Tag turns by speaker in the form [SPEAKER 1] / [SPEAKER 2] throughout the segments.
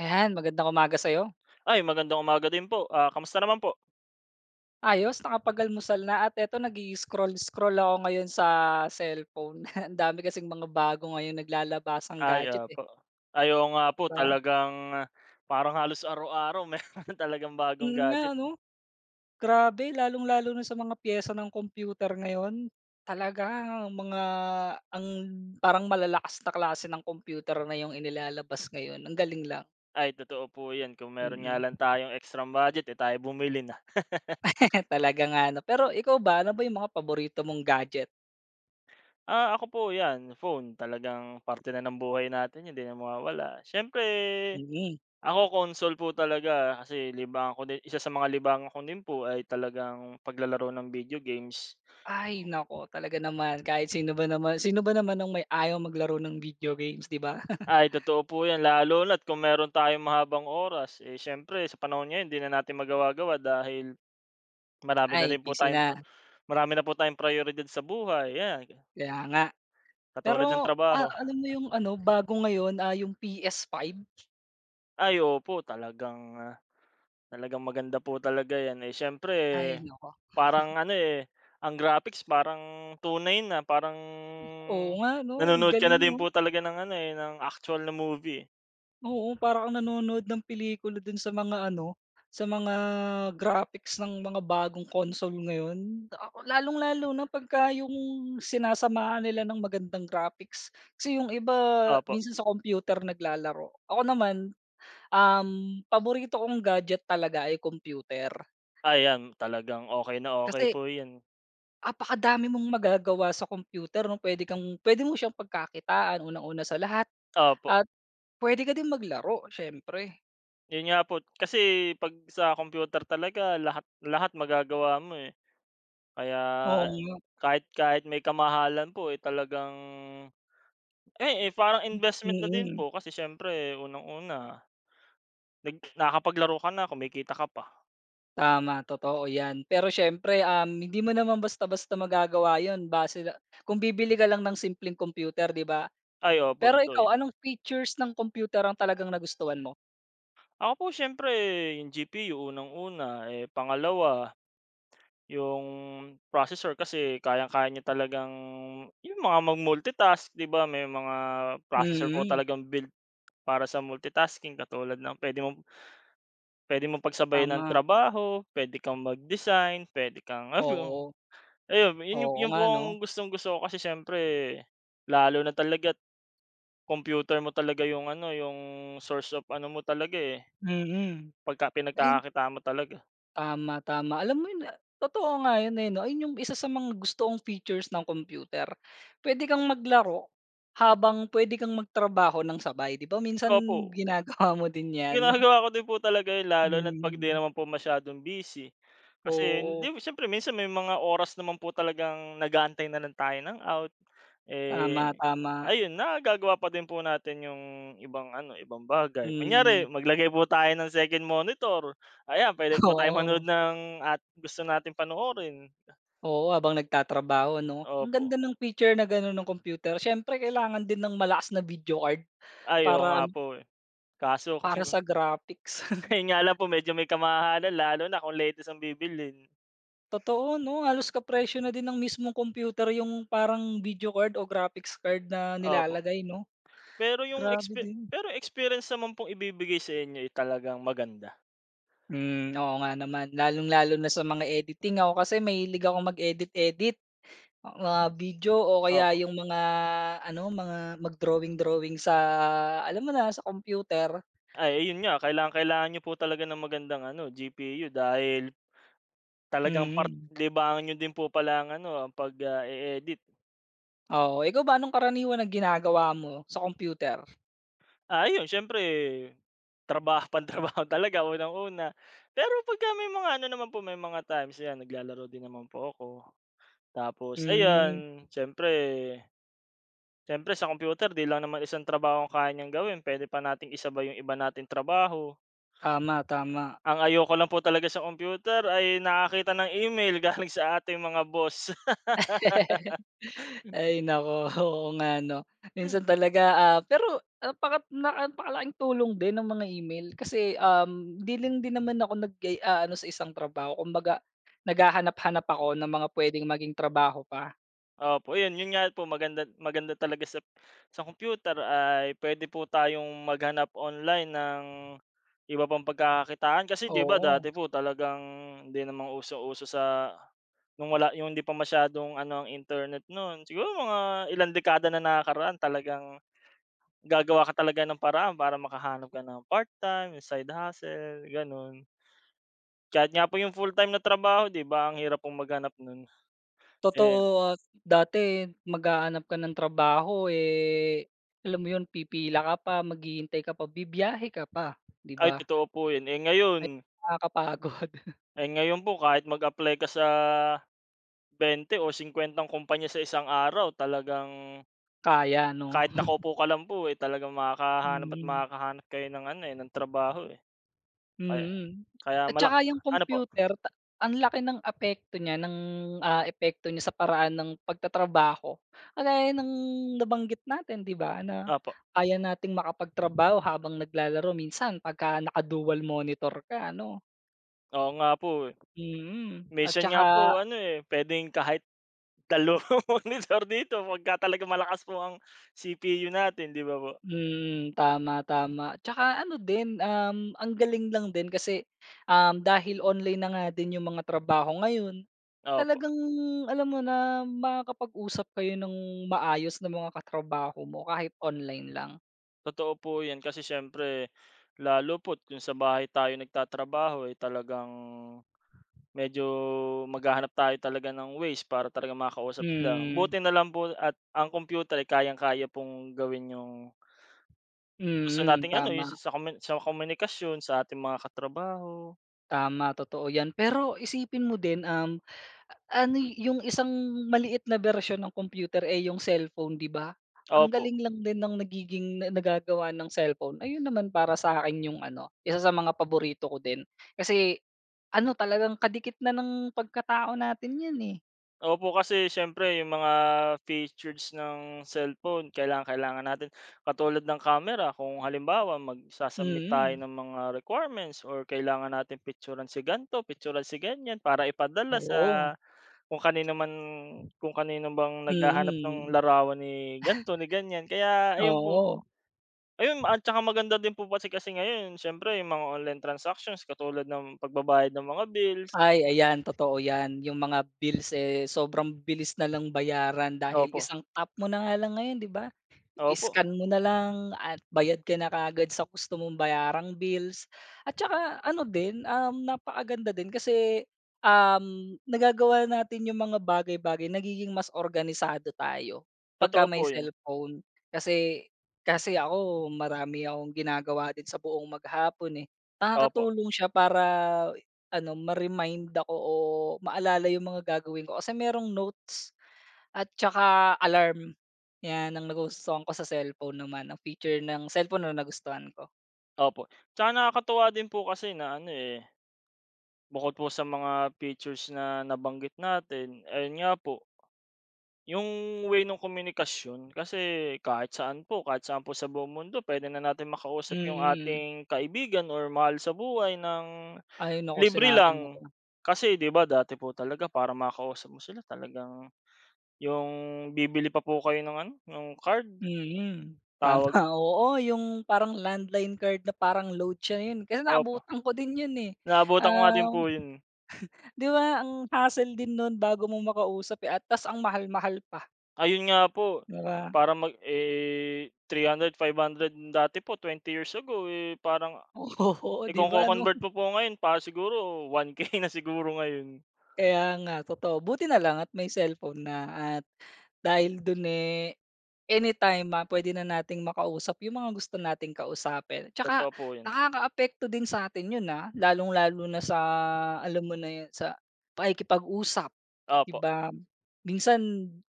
[SPEAKER 1] Ayan, magandang umaga sa'yo.
[SPEAKER 2] Ay, magandang umaga din po. Ah, kamusta naman po?
[SPEAKER 1] Ayos, nakapag-almusal na at eto nag-i-scroll-scroll ako ngayon sa cellphone. Ang dami kasing mga bago ngayon naglalabas ang
[SPEAKER 2] Ay,
[SPEAKER 1] gadget, eh,
[SPEAKER 2] po ayo nga po
[SPEAKER 1] 'di.
[SPEAKER 2] talagang ah, parang halos araw-araw meron talagang bagong
[SPEAKER 1] Mm, nga
[SPEAKER 2] gadget.
[SPEAKER 1] ano, grabe lalong-lalo na sa mga piyesa ng computer ngayon. Talaga, ang mga ang parang malalakas na klase ng computer na yung inilalabas ngayon, ang galing lang.
[SPEAKER 2] Ay, totoo po 'yan kung meron nga
[SPEAKER 1] Mm.
[SPEAKER 2] lang
[SPEAKER 1] Mm.
[SPEAKER 2] tayong extrang budget, eh, tayo bumili na.
[SPEAKER 1] Talaga nga 'no. Pero ikaw ba, ano ba yung mga paborito mong gadget?
[SPEAKER 2] Ako po 'yan, phone talagang parte na ng buhay natin 'yan, hindi na mawawala. Siyempre,
[SPEAKER 1] Mm.
[SPEAKER 2] ako console po talaga kasi libangan ko din isa sa mga libangan ko din po ay talagang paglalaro ng video games.
[SPEAKER 1] Ay nako talaga naman, kahit sino ba naman ang may ayaw maglaro ng video games, 'di ba?
[SPEAKER 2] Ay totoo po 'yan, lalo na't kung meron tayong mahabang oras, eh, siyempre sa panahon ngayon 'di na natin magawa-gawa dahil marami na
[SPEAKER 1] Ay
[SPEAKER 2] rin po
[SPEAKER 1] busy
[SPEAKER 2] tayong
[SPEAKER 1] na,
[SPEAKER 2] pro marami na po tayong prayoridad sa buhay, 'yan,
[SPEAKER 1] kaya nga. Pero,
[SPEAKER 2] katulad ng trabaho.
[SPEAKER 1] alam mo yung ano, bago ngayon, yung PS5?
[SPEAKER 2] Ay opo, talagang maganda po talaga 'yan. Eh, siyempre
[SPEAKER 1] Ay nako,
[SPEAKER 2] parang ano, eh, ang graphics parang tunay na, parang
[SPEAKER 1] oo nga 'no, ang
[SPEAKER 2] nanonood ka na
[SPEAKER 1] galing
[SPEAKER 2] din
[SPEAKER 1] mo.
[SPEAKER 2] po talaga ng ano, eh, ng actual na movie.
[SPEAKER 1] Oo, para kang nanonood ng pelikula dun sa mga ano, sa mga graphics ng mga bagong console ngayon. Ako lalong-lalo na pagka yung sinasamahan nila ng magandang graphics. Kasi yung iba
[SPEAKER 2] Opo,
[SPEAKER 1] minsan sa computer naglalaro, ako naman. Paborito kong gadget talaga ay computer.
[SPEAKER 2] ayan talagang okay na okay
[SPEAKER 1] Kasi
[SPEAKER 2] po 'yan.
[SPEAKER 1] napakadami mong magagawa sa computer 'no, puwede mo siyang pagkakitaan unang-una sa lahat
[SPEAKER 2] Opo.
[SPEAKER 1] at puwede ka din maglaro siyempre.
[SPEAKER 2] Yun nga po, kasi 'pag sa computer talaga lahat lahat magagawa mo, eh. Kaya
[SPEAKER 1] Oo nga,
[SPEAKER 2] kahit kahit may kamahalan po, eh, talagang parang investment na din
[SPEAKER 1] mm.
[SPEAKER 2] po kasi siyempre unang-una nakakapaglaro ka na, kumikita ka pa.
[SPEAKER 1] Tama, totoo 'yan. Pero siyempre, hindi mo naman basta-basta magagawa yon base la kung bibili ka lang ng simpleng computer, 'di ba?
[SPEAKER 2] Ay, opo,
[SPEAKER 1] Pero
[SPEAKER 2] totoo
[SPEAKER 1] ikaw,
[SPEAKER 2] yun.
[SPEAKER 1] anong features ng computer ang talagang nagustuhan mo?
[SPEAKER 2] Ako po siyempre yung GPU unang-una, eh, pangalawa yung processor kasi kayang-kaya niya talagang yung mga mag-multitask, 'di ba? May mga processor po
[SPEAKER 1] Mm,
[SPEAKER 2] talagang built para sa multitasking katulad ng pwede mong pagsabayan ng
[SPEAKER 1] tama.
[SPEAKER 2] trabaho, pwede kang mag-design, puwede kang ano,
[SPEAKER 1] Oo,
[SPEAKER 2] ayun yun yung-
[SPEAKER 1] oo
[SPEAKER 2] yun po
[SPEAKER 1] nga 'no?
[SPEAKER 2] ang gustong-gusto ko kasi siyempre lalo na talaga't computer mo talaga yung ano, yung source of ano mo talaga, eh,
[SPEAKER 1] Mm.
[SPEAKER 2] pagka pinagkakakitaan mo talaga.
[SPEAKER 1] Tama, tama. Alam mo yun, totoo nga yun, eh, 'no? Ayun yung isa sa mga gusto kong features ng computer. Pwede kang maglaro habang pwede kang magtrabaho ng sabay. 'Di ba minsan
[SPEAKER 2] Opo.
[SPEAKER 1] ginagawa mo din 'yan?
[SPEAKER 2] Ginagawa ko din po talaga yun lalo na't 'pag 'di
[SPEAKER 1] Mm.
[SPEAKER 2] naman po masyadong busy. Kasi
[SPEAKER 1] Oo.
[SPEAKER 2] hindi siyempre minsan may mga oras naman po talagang nag-aantay na lang tayo ng out.
[SPEAKER 1] Tama,
[SPEAKER 2] Eh,
[SPEAKER 1] tama.
[SPEAKER 2] ayun nagagawa pa din po natin yung ibang ano, ibang bagay. Kunyari
[SPEAKER 1] Mm.
[SPEAKER 2] maglagay po tayo ng second monitor, ayan puwede po tayong manood
[SPEAKER 1] Oo.
[SPEAKER 2] ng at gusto nating panoorin.
[SPEAKER 1] Oo, habang nagtatrabaho, 'no? Ang
[SPEAKER 2] Opo.
[SPEAKER 1] ganda ng feature na gano'n ng computer. Siyempre kailangan din ng malakas na video card
[SPEAKER 2] Ay, oo
[SPEAKER 1] para
[SPEAKER 2] nga
[SPEAKER 1] ano,
[SPEAKER 2] po, eh. Kaso
[SPEAKER 1] para
[SPEAKER 2] kung
[SPEAKER 1] sa graphics.
[SPEAKER 2] yun nga lang po medyo may kamahalan lalo na kung latest ang bibilhin.
[SPEAKER 1] Totoo 'no, halos kapresyo na din ng mismong computer yung parang video card o graphics card na
[SPEAKER 2] Opo.
[SPEAKER 1] nilalagay 'no,
[SPEAKER 2] Pero yung
[SPEAKER 1] grabe
[SPEAKER 2] expe
[SPEAKER 1] din.
[SPEAKER 2] pero experience naman pong ibibigay sa inyo, eh, talagang maganda.
[SPEAKER 1] Hmm, oo nga naman, lalong-lalo na sa mga editing, ako kasi mahilig akong mag-edit-edit ang mga video o kaya
[SPEAKER 2] Opo.
[SPEAKER 1] yung mga ano, mga mag-drawing-drawing sa alam mo na, sa computer.
[SPEAKER 2] Ay, ayun nga kailangang-kailangan niyo po talaga ng magandang ano, GPU dahil talagang part
[SPEAKER 1] Mm,
[SPEAKER 2] libangan niyo din po pala ang ano, ang e-edit.
[SPEAKER 1] oo. Ikaw ba anong karaniwan na ginagawa mo sa computer?
[SPEAKER 2] Ah, ayun siyempre trabaho pantrabaho talaga unang-una. Pero pagka may mga ano naman po, may mga times yan naglalaro din naman po ako. Tapos
[SPEAKER 1] Hmm,
[SPEAKER 2] ayan, siyempre siyempre sa computer 'di lang naman isang trabaho ang kaya niyang gawin, pwede pa nating isabay yung iba nating trabaho.
[SPEAKER 1] tama, tama.
[SPEAKER 2] Ang ayoko lang po talaga sa computer ay nakakita ng email galing sa ating mga boss.
[SPEAKER 1] Ay naku, oo nga 'no. Minsan talaga, pero napakalaking tulong din ng mga email kasi, 'di lang din naman ako eh, ano sa isang trabaho, kumbaga naghahanap-hanap ako ng mga puwedeng maging trabaho pa,
[SPEAKER 2] Opo, yun yun nga po maganda maganda talaga sa computer ay pwede po tayong maghanap online ng iba pang pagkakakitaan. Kasi 'di ba
[SPEAKER 1] oo.
[SPEAKER 2] dati po talagang hindi naman usong-uso sa nung wala yung hindi pa masyadong ano ang internet nun, siguro mga ilang dekada na nakakaraan talagang gagawa ka talaga ng paraan para makahanap ka ng part-time, side hustle, gano'n. Kahit nga po yung full-time na trabaho 'di ba ang hirap pong maghanap nun. Eh
[SPEAKER 1] Totoo, at dati maghahanap ka ng trabaho, eh, alam mo 'yun, pipila ka pa, maghihintay ka pa, bibiyahe ka pa, 'di
[SPEAKER 2] ay
[SPEAKER 1] ba?
[SPEAKER 2] totoo po yun. Eh ngayon
[SPEAKER 1] Ay nakakapagod.
[SPEAKER 2] eh ngayon po kahit mag-apply ka sa bente o 50 kumpanya sa isang araw talagang
[SPEAKER 1] Kaya 'no?
[SPEAKER 2] kahit nakaupo ka lang po, eh, talagang makakahanap at
[SPEAKER 1] Mm.
[SPEAKER 2] makakahanap kayo ng ano, eh, ng trabaho, eh. Kaya
[SPEAKER 1] Mm.
[SPEAKER 2] kaya
[SPEAKER 1] At
[SPEAKER 2] mala
[SPEAKER 1] saka yung
[SPEAKER 2] ano po?
[SPEAKER 1] computer ang laki ng apekto niya ng, epekto niya sa paraan ng pagtatrabaho. Kagaya ng nabanggit natin 'di ba, na
[SPEAKER 2] Opo.
[SPEAKER 1] kaya nating makapagtrabaho habang naglalaro minsan pagka naka-dual monitor ka, ano?
[SPEAKER 2] Oo nga po, eh.
[SPEAKER 1] Mm, at
[SPEAKER 2] Minsan nga
[SPEAKER 1] saka.
[SPEAKER 2] po ano, eh, puwedeng kahit dalawang monitor dito pagka talagang malakas po ang CPU natin 'di ba po?
[SPEAKER 1] Mm, tama, tama. Tsaka ano din, ang galing lang din kasi, dahil online na nga din yung mga trabaho ngayon,
[SPEAKER 2] Opo.
[SPEAKER 1] talagang alam mo na makakapag-usap kayo ng maayos ng mga katrabaho mo kahit online lang.
[SPEAKER 2] Totoo po 'yan kasi siyempre lalo po't kung sa bahay tayo nagtatrabaho, eh, talagang medyo maghahanap tayo talaga ng ways para talagang makausap sila.
[SPEAKER 1] Hmm,
[SPEAKER 2] Buti na lang po at ang computer ay kayang-kaya pong gawin yung gusto
[SPEAKER 1] mm,
[SPEAKER 2] nating ano, yung
[SPEAKER 1] tama,
[SPEAKER 2] sa komunikasyon sa ating mga katrabaho.
[SPEAKER 1] tama, totoo yan. Pero isipin mo din, ano yung isang maliit na bersyon ng computer, eh, yung cellphone, 'di ba? Ang
[SPEAKER 2] Opo.
[SPEAKER 1] galing lang din ng nagiging na nagagawa ng cellphone. Ayun naman, para sa akin yung ano, isa sa mga paborito ko din. Kasi ano, talagang kadikit na ng pagkatao natin 'yan, eh.
[SPEAKER 2] Opo, kasi siyempre yung mga features ng cellphone kailangang-kailangan natin. Katulad ng camera kung halimbawa mag su tayo
[SPEAKER 1] Mm,
[SPEAKER 2] ng mga requirements or kailangan natin picturean si ganito, picturan si ganyan para ipadala
[SPEAKER 1] oo.
[SPEAKER 2] sa kung kanino man kung kanino bang naghahanap ng
[SPEAKER 1] Mm,
[SPEAKER 2] larawan ni ganto ni ganyan. Kaya ayun po,
[SPEAKER 1] oo.
[SPEAKER 2] ayun at saka maganda din po kasi kasi ngayon siyempre yung mga online transactions katulad ng pagbabayad ng mga bills.
[SPEAKER 1] Ay, ayan, totoo 'yan. Yung mga bills, eh, sobrang bilis na lang bayaran dahil
[SPEAKER 2] Opo,
[SPEAKER 1] isang tap mo na nga lang ngayon, 'di ba?
[SPEAKER 2] opo,
[SPEAKER 1] Scan mo na lang at bayad ka na kaagad sa gusto mong bayarang bills. At saka ano din, napakaganda din kasi, nagagawa natin yung mga bagay-bagay, nagiging mas organisado tayo pagka
[SPEAKER 2] totoo
[SPEAKER 1] may
[SPEAKER 2] po yun.
[SPEAKER 1] cellphone. Kasi kasi ako marami akong ginagawa din sa buong maghapon, eh.
[SPEAKER 2] Opo.
[SPEAKER 1] Nakakatulong siya para ano, ma-remind ako o maalala yung mga gagawin ko kasi merong notes. At tsaka alarm, 'yan ang nagustuhan ko sa cellphone naman, ang feature ng cellphone na nagustuhan ko.
[SPEAKER 2] Opo, tsaka nakakatuwa din po kasi na ano, eh, bukod po sa mga features na nabanggit natin, ayun nga po, yung way ng komunikasyon kasi kahit saan po sa buong mundo pwede na natin makausap yung
[SPEAKER 1] Mm.
[SPEAKER 2] ating kaibigan or mahal sa buhay ng
[SPEAKER 1] Ay naku,
[SPEAKER 2] libre
[SPEAKER 1] sinabi mo
[SPEAKER 2] lang.
[SPEAKER 1] pa.
[SPEAKER 2] Kasi 'di ba dati po talaga para makausap mo sila talagang yung bibili pa po kayo ng ano, nung card,
[SPEAKER 1] Mm. Tama,
[SPEAKER 2] tawag
[SPEAKER 1] oo, yung parang landline card na parang load siya yun, kasi
[SPEAKER 2] opo,
[SPEAKER 1] naabutan ko din yun, eh.
[SPEAKER 2] naabutan ko nga din po
[SPEAKER 1] Um,
[SPEAKER 2] yun.
[SPEAKER 1] 'Di ba ang hassle din nun bago mo makausap, eh, at ta's ang mahal-mahal pa,
[SPEAKER 2] Ayun nga po,
[SPEAKER 1] 'di ba?
[SPEAKER 2] para 300, 500 dati po 20 years ago, eh, parang
[SPEAKER 1] Oo,
[SPEAKER 2] eh,
[SPEAKER 1] 'di
[SPEAKER 2] kung
[SPEAKER 1] ba
[SPEAKER 2] ko
[SPEAKER 1] 'no?
[SPEAKER 2] convert mo po ngayon para siguro 1K na siguro ngayon.
[SPEAKER 1] Kaya nga, totoo. Buti na lang at may cellphone na, at dahil dun, eh, anytime puwede na nating makausap yung mga gusto nating kausapin. Tsaka
[SPEAKER 2] Totoo po 'yun.
[SPEAKER 1] nakakaapekto din sa atin yun, lalong-lalo na sa alam mo na yun, sa pakikipag-usap, 'di
[SPEAKER 2] Opo,
[SPEAKER 1] ba? Minsan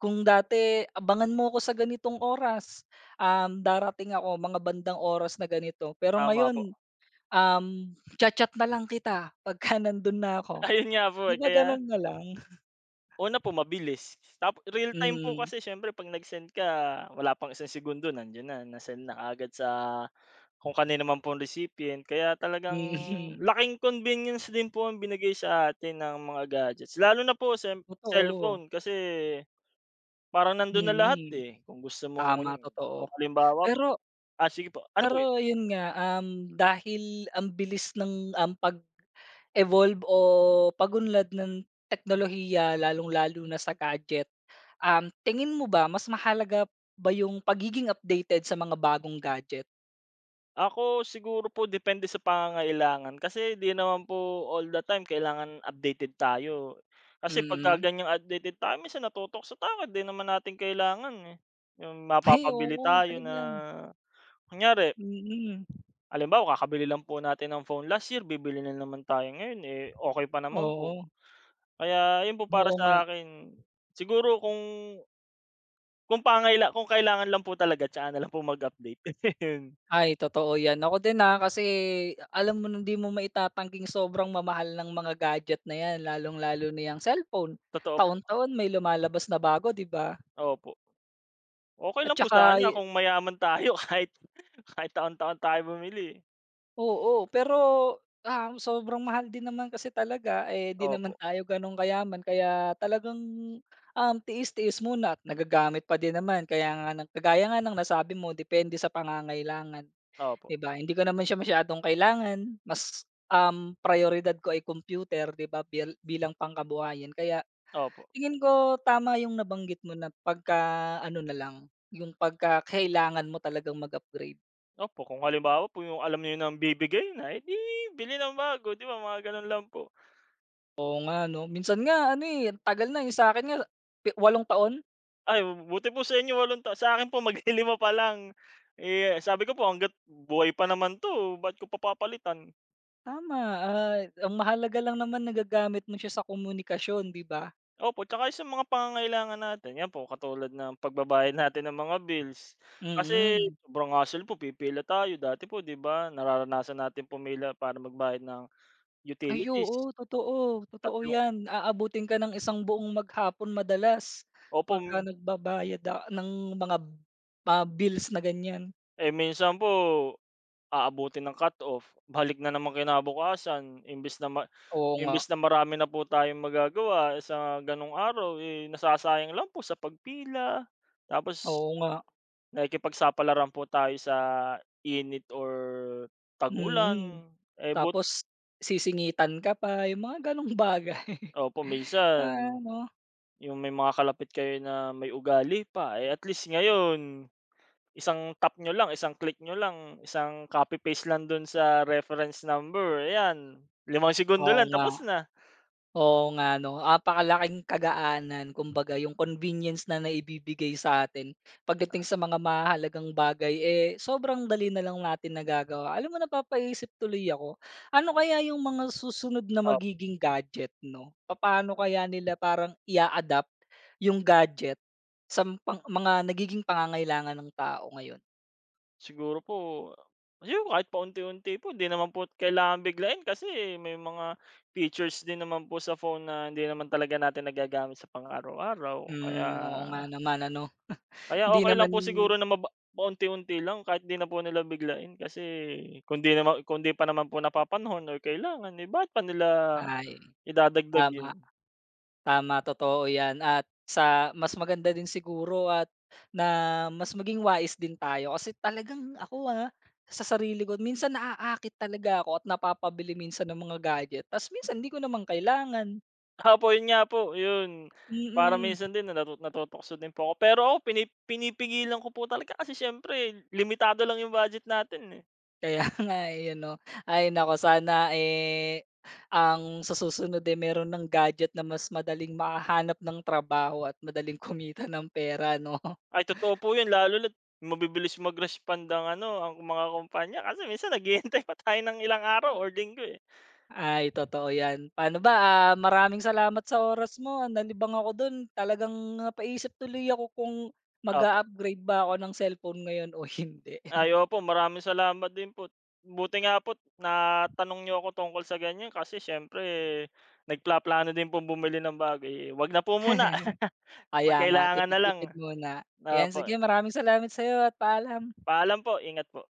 [SPEAKER 1] kung dati, "Abangan mo ako sa ganitong oras, darating ako mga bandang oras na ganito." Pero
[SPEAKER 2] tama po.
[SPEAKER 1] ngayon, um, "Cha-chat na lang kita pagka nandun na ako."
[SPEAKER 2] Ayun nga po,
[SPEAKER 1] 'Di
[SPEAKER 2] eh,
[SPEAKER 1] ba
[SPEAKER 2] kaya
[SPEAKER 1] ganun na lang?
[SPEAKER 2] una po mabilis, tap real time po
[SPEAKER 1] Mm,
[SPEAKER 2] kasi siyempre 'pag nag-send ka wala pang isang segundo nandiyan na, na-send na kaagad sa kung kanino man pong recipient. Kaya talagang
[SPEAKER 1] mm.
[SPEAKER 2] laking convenience din po ang binigay sa atin ng mga gadgets, lalo na po sem
[SPEAKER 1] Totoo,
[SPEAKER 2] cellphone kasi parang nando'n na lahat,
[SPEAKER 1] mm.
[SPEAKER 2] eh. Kung gusto mo
[SPEAKER 1] Tama,
[SPEAKER 2] kung
[SPEAKER 1] totoo.
[SPEAKER 2] halimbawa
[SPEAKER 1] Pero
[SPEAKER 2] sige po, ano po 'yun?
[SPEAKER 1] pero yun nga, dahil ang bilis ng, pag-evolve o pagunlad ng teknolohiya lalong-lalo na sa gadget, tingin mo ba mas mahalaga ba yung pagiging updated sa mga bagong gadget?
[SPEAKER 2] Ako siguro po depende sa pangangailangan kasi 'di naman po all the time kailangan updated tayo. Kasi pagka
[SPEAKER 1] Mm.
[SPEAKER 2] ganyang updated tayo minsan natutok sa tayo, 'di naman natin kailangan, eh. Yung
[SPEAKER 1] Ay
[SPEAKER 2] mapapabili
[SPEAKER 1] oo,
[SPEAKER 2] tayo na
[SPEAKER 1] talaga.
[SPEAKER 2] kunyari
[SPEAKER 1] Mm. Mm.
[SPEAKER 2] halimbawa kakabili lang po natin ng phone last year, bibili na naman tayo ngayon, eh, okey pa naman po.
[SPEAKER 1] Oo.
[SPEAKER 2] Kaya yun po para
[SPEAKER 1] Oo nga.
[SPEAKER 2] sa akin siguro kung kailangan lang po talaga tsaka na lang po mag-update, yun.
[SPEAKER 1] Ay, totoo 'yan. Ako din, kasi alam mo na hindi mo maitatangking sobrang mamahal ng mga gadget na 'yan, lalong-lalo na 'yang cellphone.
[SPEAKER 2] Totoo po,
[SPEAKER 1] Taon-taon may lumalabas na bago, 'di ba?
[SPEAKER 2] opo. Okey
[SPEAKER 1] At
[SPEAKER 2] lang po
[SPEAKER 1] tsaka
[SPEAKER 2] sana kung mayaman tayo kahit kahit taon-taon tayo bumili, eh.
[SPEAKER 1] oo, pero, sobrang mahal din naman kasi talaga, eh, 'di naman
[SPEAKER 2] Opo,
[SPEAKER 1] tayo gano'n kayaman, kaya talagang, tiis-tiis muna at nagagamit pa din naman. Kaya nga ng Kagaya nga ng nasabi mo, depende sa pangangailangan.
[SPEAKER 2] opo,
[SPEAKER 1] 'Di ba, hindi ko naman siya masyadong kailangan, mas, prayoridad ko ay computer, 'di ba, bilang pangkabuhayan. Kaya
[SPEAKER 2] opo,
[SPEAKER 1] tingin ko tama yung nabanggit mo na, pagka-ano na lang, yung pagka kailangan mo talagang mag-upgrade.
[SPEAKER 2] opo kung halimbawa po yung alam niyo ng bibigay na, eh, 'di bili ng bago 'di ba mga gano'n lang po.
[SPEAKER 1] Oo nga 'no, minsan nga ano, eh, ang tagal na, yung sa'kin nga 8 taon.
[SPEAKER 2] Ay buti po sa inyo 8 ta sa akin po maglilima pa lang. Eh, sabi ko po hangga't buhay pa naman 'to ba't ko pa papalitan.
[SPEAKER 1] Tama, ang mahalaga lang naman nagagamit mo siya sa komunikasyon, 'di ba?
[SPEAKER 2] Opo, tsaka yung sa mga pangangailangan natin, yan po katulad ng pagbabayad natin ng mga bills. Kasi
[SPEAKER 1] Mm.
[SPEAKER 2] sobrang hassle po pipila tayo dati po 'di ba nararanasan natin pumila para magbayad ng
[SPEAKER 1] Ay
[SPEAKER 2] utilities,
[SPEAKER 1] oo, totoo, totoo
[SPEAKER 2] tatlong
[SPEAKER 1] 'yan. Aabutin ka ng isang buong maghapon madalas
[SPEAKER 2] opo,
[SPEAKER 1] pagka nagbabayad, ng mga, bills na ganiyan.
[SPEAKER 2] eh, minsan po aabutin ng cut-off, balik na naman kinabukasan imbis na ma
[SPEAKER 1] Oo nga,
[SPEAKER 2] imbes na marami na po tayong magagawa sa gano'ng araw, eh, nasasayang lang po sa pagpila. Tapos
[SPEAKER 1] oo nga,
[SPEAKER 2] nakikipagsapalaran po tayo sa init or
[SPEAKER 1] mm.
[SPEAKER 2] tag-ulan, eh, but
[SPEAKER 1] Tapos sisingitan ka pa, yung mga gano'ng bagay.
[SPEAKER 2] opo,
[SPEAKER 1] Ah,
[SPEAKER 2] minsan
[SPEAKER 1] 'no?
[SPEAKER 2] yung may mga kalapit kayo na may ugali pa, eh, at least ngayon isang tap nyo lang, isang click nyo lang, isang copy paste lang dun sa reference number, ayan, 5 segundo
[SPEAKER 1] Oo
[SPEAKER 2] lang
[SPEAKER 1] nga.
[SPEAKER 2] tapos na.
[SPEAKER 1] Oo nga 'no, napakalaking kagaanan kumbaga yung convenience na naibibigay sa atin pagdating sa mga mahalagang bagay, eh, sobrang dali na lang natin nagagawa. Alam mo, napapaisip tuloy ako, ano kaya yung mga susunod na magiging gadget 'no? Paano kaya nila parang i adapt yung gadget sa pang mga nagiging pangangailangan ng tao ngayon?
[SPEAKER 2] Siguro po, ayun kahit paunti-unti po, 'di naman po kailangan biglain kasi may mga features din naman po sa phone na hindi naman talaga natin nagagamit sa pang-araw-araw. Kaya
[SPEAKER 1] Hmm, oo nga naman ano,
[SPEAKER 2] kaya
[SPEAKER 1] hindi
[SPEAKER 2] okey lang
[SPEAKER 1] naman,
[SPEAKER 2] po siguro na paunti-unti lang kahit 'di na po nila biglain kasi kung 'di pa naman po napapanahon or kailangan, eh, bakit pa nila
[SPEAKER 1] ay,
[SPEAKER 2] idadagdag 'yun?
[SPEAKER 1] tama. Tama, totoo 'yan, at sa mas maganda din siguro at na mas maging wais din tayo, kasi talagang ako, sa sarili ko minsan naaakit talaga ako at napapabili minsan ng mga gadget ta's minsan hindi ko naman kailangan.
[SPEAKER 2] Opo, yun nga po, yun. Parang
[SPEAKER 1] Mm,
[SPEAKER 2] minsan din natutokso din po ako. Pero ako pinipigilan ko po talaga kasi siyempre limitado lang yung budget natin, eh.
[SPEAKER 1] kaya nga, eh, ano. Ay naku sana, eh, ang sa susunod, eh, meron ng gadget na mas madaling makahanap ng trabaho at madaling kumita ng pera, 'no?
[SPEAKER 2] Ay totoo po yun lalo na't mabibilis mag-respond ang ano, ang mga kumpanya kasi minsan naghihintay pa tayo ng ilang araw or linggo, eh.
[SPEAKER 1] Ay, totoo 'yan. Paano ba, maraming salamat sa oras mo. Ah, nalibang ako dun. Talagang napaisip tuloy ako kung mag
[SPEAKER 2] Opo.
[SPEAKER 1] upgrade ba ako ng cellphone ngayon o hindi.
[SPEAKER 2] Ay opo, maraming salamat din po. Buti nga po't natanong niyo ako tungkol sa ganyan kasi siyempre nagplaplano din pong bumili ng bago, eh, 'wag na po muna
[SPEAKER 1] Kaya
[SPEAKER 2] 'pag
[SPEAKER 1] nga,
[SPEAKER 2] kailangan na lang.
[SPEAKER 1] tipid-tipid muna. 'Yan,
[SPEAKER 2] Opo,
[SPEAKER 1] sige, maraming salamat sa'yo at paalam.
[SPEAKER 2] paalam po, ingat po.